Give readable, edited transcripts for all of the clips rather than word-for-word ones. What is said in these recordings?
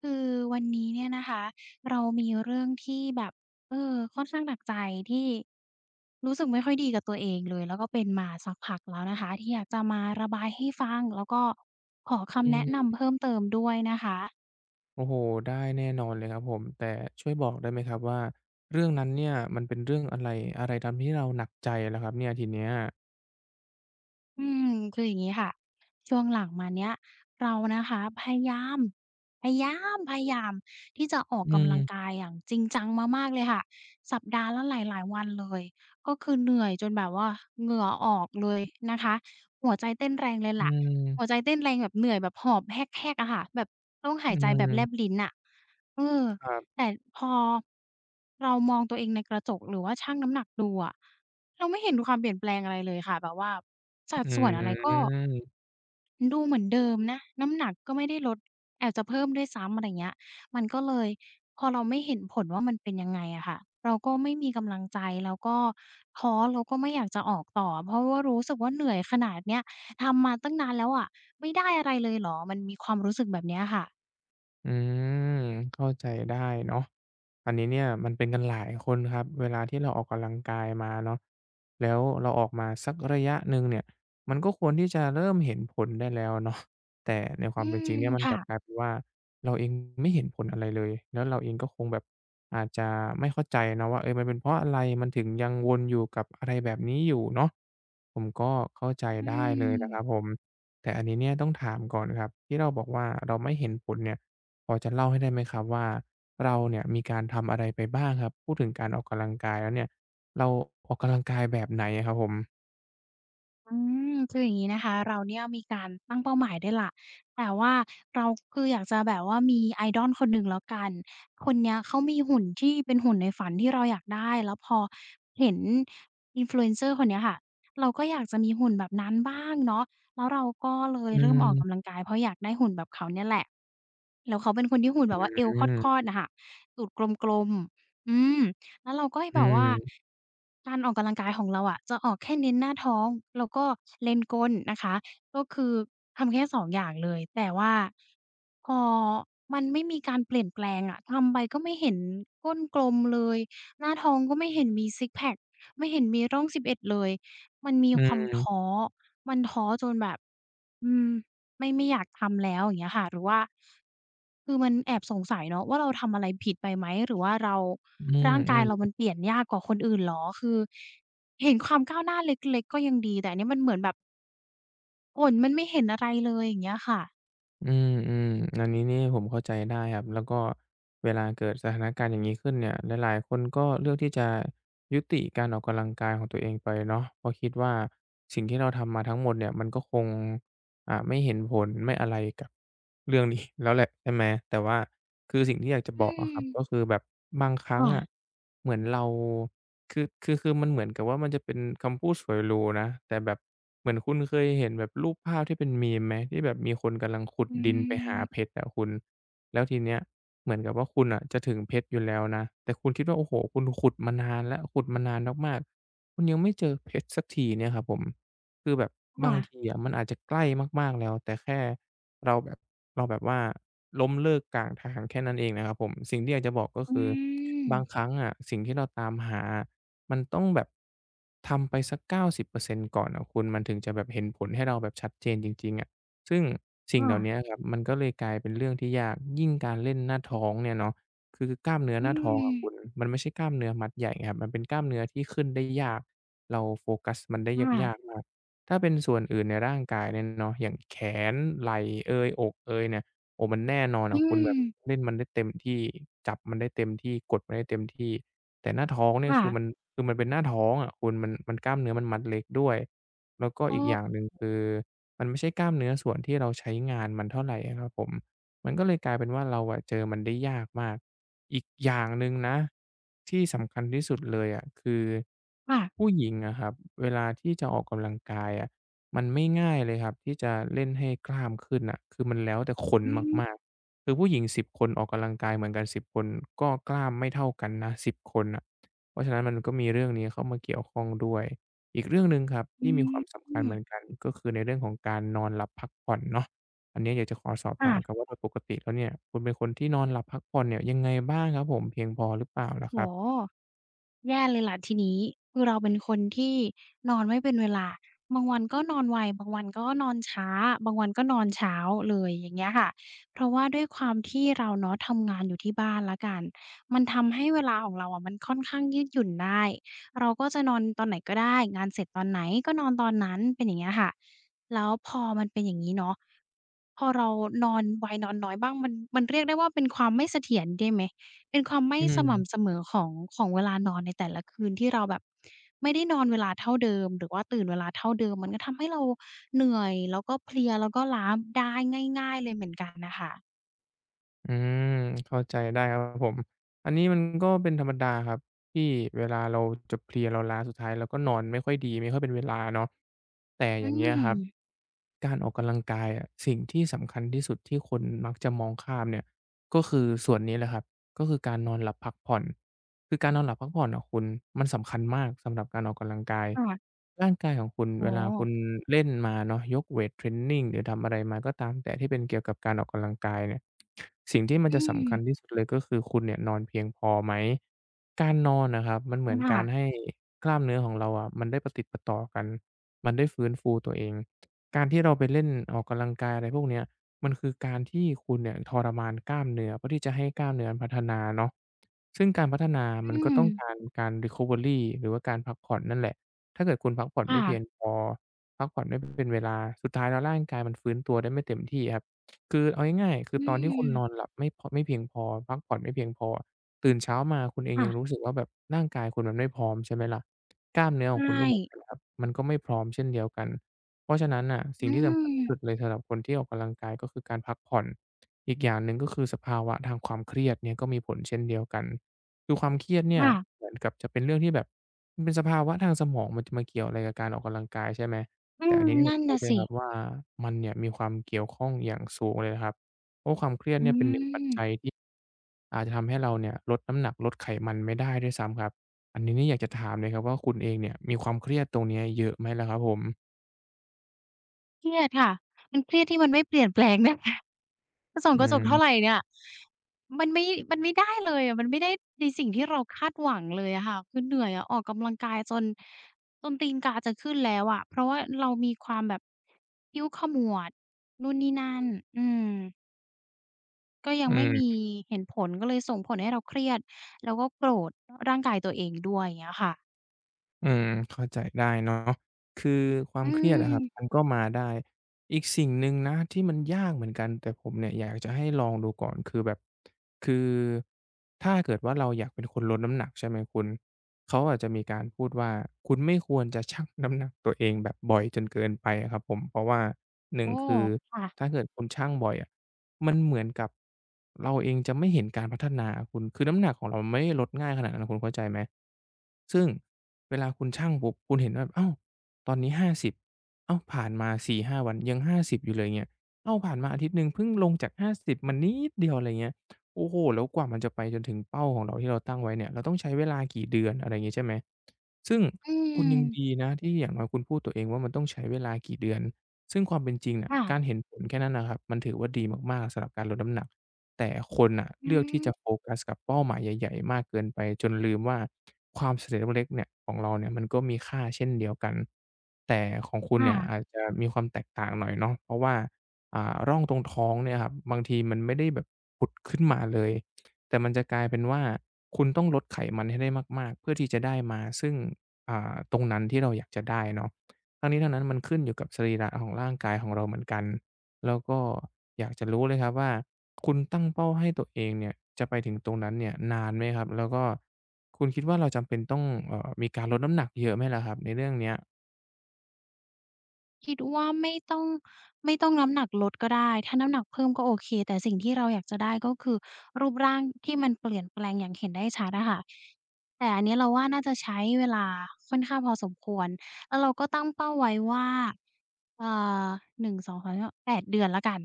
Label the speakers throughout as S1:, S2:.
S1: คือวันนี้เนี่ยนะคะเรามีเรื่องที่แบบค่อนข้างหนักใจที่รู้สึกไม่ค่อยดีกับตัวเองเลยแล้วก็เป็นมาสักพักแล้วนะคะที่อยากจะมาระบายให้ฟังแล้วก็ขอ
S2: อื
S1: คำแนะ
S2: ม
S1: นำเพิ่มเติมด้วยนะคะ
S2: โอ้โฮได้แน่นอนเลยครับผม แต่ช่วยบอกได้ไหมครับว่าเรื่องนั้นเนี่ยมันเป็นเรื่องอะไร อะไรทำให้เราหนักใจล่ะครับเนี่ยทีเนี้ย
S1: อืมคืออย่างนี้ค่ะช่วงหลังมาเนี้ยเรานะคะพยายามพยายามพยายามที่จะออก
S2: อื
S1: กำลังกา
S2: ม
S1: ยอย่างจริงจังมามากๆเลยค่ะสัปดาห์ละหลายๆวันเลยก็คือเหนื่อยจนแบบว่าเหงื่อออกเลยนะคะหัวใจเต้นแรงเลย
S2: อื
S1: ล่ะหัวใจ
S2: ม
S1: เต้นแรงแบบเหนื่อยแบบหอบแฮกๆอะค่ะแบบต้องหา
S2: อื
S1: ยใจแบบแล
S2: ม
S1: บลิ้นน่ะเออ
S2: ครับ
S1: แต่พอเรามองตัวเองในกระจกหรือว่าชั่งน้ำหนักดูอะเราไม่เห็นความเปลี่ยนแปลงอะไรเลยค่ะแบบว่าสัด
S2: อื
S1: ส่วนอะไรก็
S2: ม
S1: ดูเหมือนเดิมนะน้ำหนักก็ไม่ได้ลดแอบจะเพิ่มด้วยซ้ำอะไรเงี้ยมันก็เลยพอเราไม่เห็นผลว่ามันเป็นยังไงอะค่ะเราก็ไม่มีกำลังใจแล้วก็ท้อแล้วก็ไม่อยากจะออกต่อเพราะว่ารู้สึกว่าเหนื่อยขนาดเนี้ยทำมาตั้งนานแล้วอะไม่ได้อะไรเลยเหรอมันมีความรู้สึกแบบเนี้ยค่ะ
S2: อืมเข้าใจได้เนาะอันนี้เนี่ยมันเป็นกันหลายคนครับเวลาที่เราออกกำลังกายมาเนาะแล้วเราออกมาสักระยะหนึ่งเนี่ยมันก็ควรที่จะเริ่มเห็นผลได้แล้วเนาะแต่ในค
S1: อื
S2: วามเป็นจริง
S1: ม
S2: เนี่ยมันก
S1: ค่ะ
S2: ลับกลายเป็นว่าเราเองไม่เห็นผลอะไรเลยแล้วเราเองก็คงแบบอาจจะไม่เข้าใจเนาะว่าเออมันเป็นเพราะอะไรมันถึงยังวนอยู่กับอะไรแบบนี้อยู่เนาะผมก็เข้าใจ
S1: อื
S2: ได้เลย
S1: ม
S2: นะครับผมแต่อันนี้เนี่ยต้องถามก่อนครับที่เราบอกว่าเราไม่เห็นผลเนี่ย พอจะเล่าให้ได้ไหมครับว่าเราเนี่ยมีการทำอะไรไปบ้างครับพูดถึงการออกกำลังกายแล้วเนี่ยเราออกกำลังกายแบบไหนอะครับผม
S1: อืมคืออย่างงี้นะคะเราเนี่ยมีการตั้งเป้าหมายด้วยล่ะแต่ว่าเราคืออยากจะแบบว่ามีไอด o l คนหนึ่งแล้วกันคนเนี้ยเขามีหุ่นที่เป็นหุ่นในฝันที่เราอยากได้แล้วพอเห็น influencer คนเนี้ยค่ะเราก็อยากจะมีหุ่นแบบนั้นบ้างเนาะแล้วเราก็เลย
S2: อื
S1: เริ่มออกกำลัง
S2: ม
S1: กายเพราะอยากได้หุ่นแบบเขาเนี่ยแหละแล้วเขาเป็นคนที่หุ่นแบบว่าเอว
S2: อืม
S1: คอดๆน่ะค่ะตูดกลมๆอืม แล้วเราก็
S2: อื
S1: แบบว่า
S2: ม
S1: การออกกำลังกายของเราอะจะออกแค่เน้นหน้าท้องแล้วก็เล็งก้นนะคะก็คือทำแค่2องอย่างเลยแต่ว่าพอมันไม่มีการเปลี่ยนแปลงอะทำไปก็ไม่เห็นก้นกลมเลยหน้าท้องก็ไม่เห็นมีซิกซ์แพกไม่เห็นมีร่อง 11เลยมันมี
S2: อื
S1: ความท้อ
S2: ม
S1: มันท้อจนแบบอืม ไม่อยากทำแล้วอย่างเงี้ยค่ะหรือว่าคือมันแอบสงสัยเนาะว่าเราทำอะไรผิดไปไหมหรือว่าเรา
S2: อื
S1: ร่างกายเรา
S2: มๆ
S1: มันเปลี่ยนยากกว่าคนอื่นเหรอคือเห็นความก้าวหน้าเล็กๆก็ยังดีแต่อันนี้มันเหมือนแบบผลมันไม่เห็นอะไรเลยอย่างเงี้ยค่ะ
S2: อืมอืมอันนี้นี่ผมเข้าใจได้ครับแล้วก็เวลาเกิดสถานการณ์อย่างนี้ขึ้นเนี่ยหลายๆคนก็เลือกที่จะยุติการออกกำลังกายของตัวเองไปเนาะเพราะคิดว่าสิ่งที่เราทำมาทั้งหมดเนี่ยมันก็คงไม่เห็นผลไม่อะไรกับเรื่องนี้ แล้วแหละใช่ไหมแต่ว่าคือสิ่งที่อยากจะ
S1: อื
S2: บอกอะค
S1: ม
S2: รับก็คือแบบบางครั้ง
S1: ค่ะ
S2: อะ เหมือนเราคือมันเหมือนกับว่ามันจะเป็นคำพูดฉวยหรูนะแต่แบบเหมือนคุณเคยเห็นแบบรูปภาพที่เป็น meme ไหมที่แบบมีคนกำลังขุด
S1: อื
S2: ดินไปหาเพ
S1: ม
S2: ชรอะคุณแล้วทีเนี้ยเหมือนกับว่าคุณน่ะจะถึงเพชรอยู่แล้วนะแต่คุณคิดว่าโอ้โฮคุณขุดมานานแล้วขุดมานานมากๆคุณยังไม่เจอเพชรสักทีเนี่ยครับผมคือแบบบา
S1: ค่ะ
S2: งทีอะมันอาจจะใกล้มากๆแล้วแต่แค่ เราแบบเราแบบว่าล้มเลิกกลางทางแค่นั้นเองนะครับผมสิ่งที่อยากจะบอกก็
S1: อื
S2: คือ
S1: ม
S2: บางครั้งอะสิ่งที่เราตามหาอะมันต้องแบบทำไปสัก90%กาสิบเปอร์เซ็นต์ก่อนอะคุณมันถึงจะแบบเห็นผลให้เราแบบชัดเจนจริงๆอะซึ่งสิ่ง
S1: ค่ะ
S2: เหล่าเนี้ยครับมันก็เลยกลายเป็นเรื่องที่ยากยิ่งการเล่นหน้าท้องเนี่ยเนาะคือกล้ามเนื้อ
S1: อื
S2: หน้าท้องอะคุณ
S1: ม
S2: มันไม่ใช่กล้ามเนื้อมัดใหญ่ครับมันเป็นกล้ามเนื้อที่ขึ้นได้ยากเราโฟกัสมันได้ยาก
S1: ค่ะ
S2: ๆมาก ถ้าเป็นส่วนอื่นในร่างกายเนี่ยเนาะอย่างแขนไหล่เอยอกเอยเนี่ยโอ้มันแน่นอน
S1: อื
S2: อะคุณแบบ
S1: ม
S2: เล่นมันได้เต็มที่จับมันได้เต็มที่กดมันได้เต็มที่แต่หน้าท้องเนี่ย
S1: ค่ะ
S2: คือมันเป็นหน้าท้องอะคุณมันกล้ามเนื้อมันมัดเล็กด้วยแล้วก็
S1: อ๋อ
S2: อีกอย่างหนึ่งคือมันไม่ใช่กล้ามเนื้อส่วนที่เราใช้งานมันเท่าไรอะครับผม มันก็เลยกลายเป็นว่าเราอะเจอมันได้ยากมากอีกอย่างหนึ่งนะที่สำคัญที่สุดเลยอะคือ
S1: ค่ะ
S2: ผู้หญิงอะครับเวลาที่จะออกกำลังกายอะมันไม่ง่ายเลยครับที่จะเล่นให้กล้ามขึ้นน่ะคือมันแล้วแต่คน
S1: อืม
S2: มากๆคือผู้หญิงสิบคนออกกำลังกายเหมือนกันสิบคนก็กล้ามไม่เท่ากันนะสิบคนน่ะเพราะฉะนั้นมันก็มีเรื่องนี้เข้ามาเกี่ยวข้องด้วยอีกเรื่องหนึ่งครับ
S1: อื
S2: ที่มีความสำคัญเห
S1: ม
S2: มือนกันก็คือในเรื่องของการนอนหลับพักผ่อนเนาะ อันเนี้ยอยากจะขอสอบถามครั
S1: ค่ะ
S2: บว่าโดยปกติแล้วเนี่ยคุณเป็นคนที่นอนหลับพักผ่อนเนี่ยยังไงบ้างครับผมเพียงพอหรือเปล่า
S1: โอ้
S2: ล่ะ
S1: โฮ
S2: ครับ
S1: แย่เลยล่ะทีนี้คือเราเป็นคนที่นอนไม่เป็นเวลาบางวันก็นอนไวบางวันก็นอนช้าบางวันก็นอนเช้าเลยอย่างเงี้ยค่ะเพราะว่าด้วยความที่เราเนาะทำงานอยู่ที่บ้านแล้วกันมันทำให้เวลาของเราอะมันค่อนข้างยืดหยุ่นได้เราก็จะนอนตอนไหนก็ได้งานเสร็จตอนไหนก็นอนตอนนั้นเป็นอย่างเงี้ยค่ะแล้วพอมันเป็นอย่างงี้เนาะพอเรานอนไวนอนน้อยบ้างมันเรียกได้ว่าเป็นความไม่เสถียรได้ไหม เป็นความไม่
S2: อื
S1: ส
S2: ม
S1: ม่ำเสมอของของเวลานอนในแต่ละคืนที่เราแบบไม่ได้นอนเวลาเท่าเดิมหรือว่าตื่นเวลาเท่าเดิมมันก็ทำให้เราเหนื่อยแล้วก็เพลียแล้วก็ล้าได้ง่ายๆเลยเหมือนกันน่ะค่ะ
S2: อืมเข้าใจได้ครับผมอันนี้มันก็เป็นธรรมดาครับที่เวลาเราจะเพลียเราล้าสุดท้ายเราก็นอนไม่ค่อยดีไม่ค่อยเป็นเวลาเนาะแต่
S1: อื
S2: อย่างเงี้ยครับ
S1: ม
S2: การออกกำลังกายอะสิ่งที่สำคัญที่สุดที่คนมักจะมองข้ามเนี่ยก็คือส่วนนี้แหละครับก็คือการนอนหลับพักผ่อน คือการนอนหลับพักผ่อนอะคุณมันสำคัญมากสำหรับการออกกำลังกาย
S1: ค่ะ
S2: ร่างกายของคุณ
S1: โอ้
S2: เวลา
S1: โฮ
S2: คุณเล่นมาเนาะยกเวตเทรนนิงหรือทำอะไรมาก็ตามแต่ที่เป็นเกี่ยวกับการออกกำลังกายเนี่ยสิ่งที่มัน
S1: อื
S2: จะสำคัญที่
S1: ม
S2: สุดเลยก็คือคุณเนี่ยนอนเพียงพอไหมการนอนอะครับมันเหมือนการ
S1: ค่ะ
S2: ให้กล้ามเนื้อของเราอะมันได้ประติดประต่อกันมันได้ฟื้นฟูตัวเองการที่เราไปเล่นออกกำลังกายอะไรพวกเนี้ย มันคือการที่คุณเนี่ยทรมานกล้ามเนื้อเพื่อที่จะให้กล้ามเนื้อมันพัฒนาเนาะซึ่งการพัฒนา
S1: อื
S2: มันก็
S1: ม
S2: ต้องการการ recovery หรือว่าการพักผ่อนนั่นแหละถ้าเกิดคุณพักผ่อน
S1: ค่ะ
S2: ไม่เพียงพอพักผ่อนไม่เป็นเวลาสุดท้ายแล้วร่างกายมันฟื้นตัวได้ไม่เต็มที่ครับคือเอาง่ายๆคือ
S1: อื
S2: ตอนที่คุณนอน
S1: ม
S2: หลับไม่พอไม่เพียงพอพักผ่อนไม่เพียงพอตื่นเช้ามาคุณเอง
S1: ค่ะ
S2: ยังรู้สึกว่าแบบร่างกายคุณมันไม่พร้อมใช่ไหมล่ะกล้ามเนื้อ
S1: ใช
S2: ของคุณ
S1: ่
S2: ก็เหมือนกันครับมันก็ไม่พร้อมเช่นเดียวกัน เพราะฉะนั้นน่ะ
S1: อื
S2: สิ่งที่สำ
S1: ม
S2: คัญที่สุดเลยสำหรับคนที่ออกกำลังกายก็คือการพักผ่อนอีกอย่างหนึ่งก็คือสภาวะทางความเครียดเนี่ยก็มีผลเช่นเดียวกันคือความเครียดเนี่ย
S1: ค่ะ
S2: เหมือนกับจะเป็นเรื่องที่แบบมันเป็นสภาวะทางสมองมันจะมาเกี่ยวอะไรกับการออกกำลังกายใช่ไหม
S1: อื
S2: แต่อั
S1: ม
S2: นนี้ผ
S1: นั่
S2: ม
S1: น
S2: พูด
S1: น่ะ
S2: เลย
S1: สิ
S2: ครับว่ามันเนี่ยมีความเกี่ยวข้องอย่างสูงเลยนะครับเพราะความเครียด
S1: อื
S2: เนี่ยเป็นหนึ่งปัจจัย
S1: ม
S2: ที่อาจจะทำให้เราเนี่ยลดน้ำหนักลดไขมันไม่ได้ด้วยซ้ำครับอันนี้นี่อยากจะถามเลยครับว่าคุณเองเนี่ยมีความเครียดตรงเนี้ยเยอะไหมล่ะครับผม
S1: เครียดค่ะมันเครียดที่มันไม่เปลี่ยนแปลงเนะคะจะส่อง
S2: อื
S1: กระจกเท่าไร
S2: ม
S1: เนี่ยมันไม่มันไม่ได้เลยอะมันไม่ได้ในสิ่งที่เราคาดหวังเลยอะค่ะคือเหนื่อยอะออกกำลังกายจนจนตีนกาจะขึ้นแล้วอะเพราะว่าเรามีความแบบคิ้วขมวดนู่นนี่นั่นอืมก็ยัง
S2: อื
S1: ไม่มี
S2: ม
S1: เห็นผลก็เลยส่งผลให้เราเครียดแล้วก็โกรธร่างกายตัวเองด้วยอย่างเงี้ยค่ะ
S2: อืมเข้าใจได้เนาะคือควา
S1: อื
S2: มเครียดอะครับมั
S1: ม
S2: นก็มาได้อีกสิ่งหนึ่งนะที่มันยากเหมือนกันแต่ผมเนี่ยอยากจะให้ลองดูก่อนคือแบบคือถ้าเกิดว่าเราอยากเป็นคนลดน้ำหนักใช่ไหมคุณเขาอาจจะมีการพูดว่าคุณไม่ควรจะชั่งน้ำหนักตัวเองแบบบ่อยจนเกินไปอะครับผมเพราะว่าหนึ่
S1: โอ้
S2: งคือ
S1: ค่ะ
S2: ถ้าเกิดคุณชั่งบ่อยอะ มันเหมือนกับเราเองจะไม่เห็นการพัฒนาอะคุณคือน้ำหนักของเรามันไม่ได้ลดง่ายขนาดนั้นอะคุณเข้าใจไหมซึ่งเวลาคุณชั่งปุ๊บคุณเห็นว่าอ้าวตอนนี้50อ้าวผ่านมาสี่ห้าวันยังห้าสิบอยู่เลยเงี้ยอ้าวผ่านมาอาทิตย์หนึ่งเพิ่งลงจากห้าสิบมานิดเดียวอะไรเงี้ยโอ้โฮแล้วกว่ามันจะไปจนถึงเป้าของเราที่เราตั้งไว้เนี่ยเราต้องใช้เวลากี่เดือนอะไรงี้ใช่ไหมซึ่ง
S1: อื
S2: คุณ
S1: ม
S2: ยังดีนะที่อย่างน้อยคุณพูดตัวเองว่ามันต้องใช้เวลากี่เดือน ซึ่งความเป็นจริงน่ะ
S1: ค่ะ
S2: การเห็นผลแค่นั้นนะครับมันถือว่าดีมากๆสำหรับการลดน้ำหนักแต่คนน่ะ
S1: อื
S2: เลือกที่
S1: ม
S2: จะโฟกัสกับเป้าหมายใหญ่ๆมากเกินไปจนลืมว่าความสำเร็จเล็กๆเนี่ยของเราเนี่ยมันก็มีค่าเช่นเดียวกันแต่ของคุณ
S1: ค่ะ
S2: เนี่ยอาจจะมีความแตกต่างหน่อยเนาะเพราะว่าร่องตรงท้องเนี่ยครับบางทีมันไม่ได้แบบผุดขึ้นมาเลยแต่มันจะกลายเป็นว่าคุณต้องลดไขมันให้ได้มากๆเพื่อที่จะได้มาซึ่งตรงนั้นที่เราอยากจะได้เนาะ ทั้งนี้ทั้งนั้นมันขึ้นอยู่กับสรีระของร่างกายของเราเหมือนกันแล้วก็อยากจะรู้เลยครับว่าคุณตั้งเป้าให้ตัวเองเนี่ยจะไปถึงตรงนั้นเนี่ยนานไหมครับแล้วก็คุณคิดว่าเราจำเป็นต้องมีการลดน้ำหนักเยอะไหมล่ะครับในเรื่องเนี้ย
S1: คิดว่าไม่ต้องไม่ต้องน้ำหนักลดก็ได้ถ้าน้ำหนักเพิ่มก็โอเคแต่สิ่งที่เราอยากจะได้ก็คือรูปร่างที่มันเปลี่ยนแปลงอย่างเห็นได้ชัดอะค่ะแต่อันเนี้ยเราว่าน่าจะใช้เวลาค่อนข้างพอสมควรแล้วเราก็ตั้งเป้าไว้ว่าเอ่อ1 2 8 เดือนแล้วกัน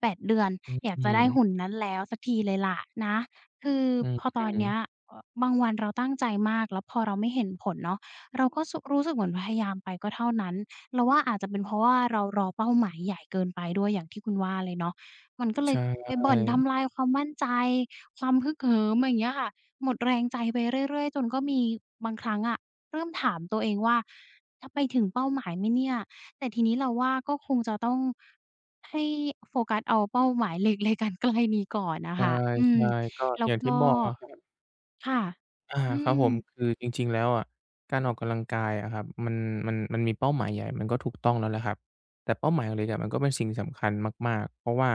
S1: 8เดือนอยาก
S2: อื
S1: จะได้หุ่น
S2: ม
S1: นั้นแล้วสักทีเลยล่ะนะคือ
S2: อื
S1: พอตอน
S2: ม
S1: เนี้ย
S2: ๆ
S1: บางวันเราตั้งใจมากแล้วพอเราไม่เห็นผลเนาะเราก็สรู้สึกเหมือนพยายามไปก็เท่านั้น เราว่าอาจจะเป็นเพราะว่าเรารอเป้าหมายใหญ่เกินไปด้วยอย่างที่คุณว่าเลยเนาะมันก็เลย
S2: ใช่
S1: ไปบ่อนทำลายความมั่นใจความฮึกเหิมอย่างเงี้ยค่ะหมดแรงใจไปเรื่อยๆจนก็มีบางครั้งอะเริ่มถามตัวเองว่าจะไปถึงเป้าหมายไหมเนี่ยแต่ทีนี้เราว่าก็คงจะต้องให้โฟกัสเอาเป้าหมายเล็กๆอันใกล้นี้ก่อนน่ะ
S2: ใช
S1: ค่ะอืม
S2: ่ๆก็
S1: แล้
S2: อ
S1: ว
S2: ย่างที่
S1: ก็
S2: บอกอะครับ
S1: ค่ะ
S2: อา
S1: อื
S2: ครับ
S1: ม
S2: ผมคือจริงๆแล้วอะการออกกำลังกายอะครับมันมันมีเป้าหมายใหญ่มันก็ถูกต้องแล้วแหละครับแต่เป้าหมายเล็กอะมันก็เป็นสิ่งสำคัญมากๆเพราะว่า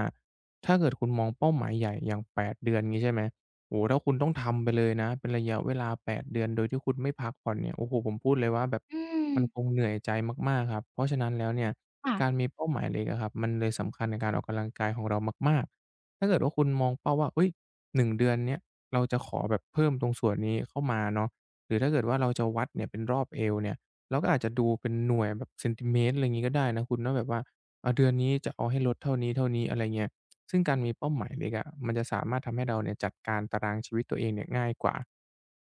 S2: ถ้าเกิดคุณมองเป้าหมายใหญ่อย่าง8เดือนงี้ใช่ไหมโอ้โฮถ้าคุณต้องทำไปเลยนะเป็นระยะเวลาแปดเดือนโดยที่คุณไม่พักผ่อนเนี่ยโอ้โฮผมพูดเลยว่าแบบ
S1: อืม
S2: มันคงเหนื่อยใจมากๆครับเพราะฉะนั้นแล้วเนี่ย
S1: ค่ะ
S2: การมีเป้าหมายเล็กอะครับมันเลยสำคัญในการออกกำลังกายของเรามากๆถ้าเกิดว่าคุณมองเป้าว่าเฮ้ยหนึ่งเดือนเนี้ย เราจะขอแบบเพิ่มตรงส่วนนี้เข้ามาเนาะหรือถ้าเกิดว่าเราจะวัดเนี่ยเป็นรอบเอวเนี่ยเราก็อาจจะดูเป็นหน่วยแบบเซนติเมตรอะไรอย่างงี้ก็ได้นะคุณเนาะแบบว่าอาเดือนนี้จะเอาให้ลดเท่านี้ๆอะไรเงี้ยซึ่งการมีเป้าหมายเล็กอะมันจะสามารถทำให้เราเนี่ยจัดการตารางชีวิตตัวเองเนี่ยง่ายกว่า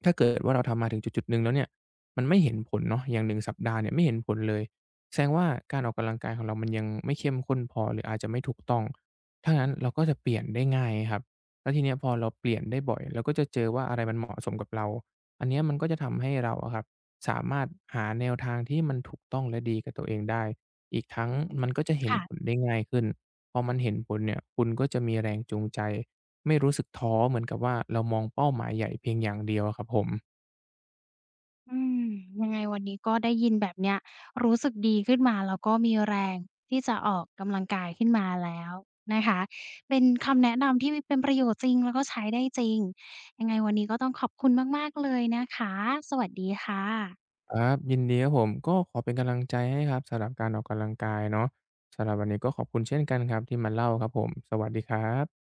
S2: ถ้าเกิดว่าเราทำมาถึงจุดๆหนึ่งแล้วเนี่ยมันไม่เห็นผลเนาะอย่างหนึ่งสัปดาห์เนี่ยไม่เห็นผลเลยแสดงว่าการออกกำลังกายของเรามันยังไม่เข้มข้นพอหรืออาจจะไม่ถูกต้องถ้างั้นเราก็จะเปลี่ยนได้ง่ายครับแล้วทีเนี้ยพอเราเปลี่ยนได้บ่อยเราก็จะเจอว่าอะไรมันเหมาะสมกับเราอันเนี้ยมันก็จะทำให้เราอะครับสามารถหาแนวทางที่มันถูกต้องและดีกับตัวเองได้อีกทั้ง
S1: อืม
S2: มันก็จะเห็น
S1: ค่ะ
S2: ผลได้ง่ายขึ้นพอมันเห็นผลเนี่ยคุณก็จะมีแรงจูงใจ ไม่รู้สึกท้อเหมือนกับว่าเรามองเป้าหมายใหญ่เพียงอย่างเดียวอะครับผม
S1: อืมยังไงวันนี้ก็ได้ยินแบบเนี้ยรู้สึกดีขึ้นมาแล้วก็มีแรงที่จะออกกำลังกายขึ้นมาแล้วนะคะเป็นคำแนะนำที่เป็นประโยชน์จริงแล้วก็ใช้ได้จริงยังไงวันนี้ก็ต้องขอบคุณมากๆเลยนะคะสวัสดีค่ะ
S2: ครับยินดีครับผมก็ขอเป็นกำลังใจให้ครับสำหรับการออกกำลังกายเนาะสำหรับวันนี้ก็ขอบคุณเช่นกันครับที่มาเล่าครับผมสวัสดีครับ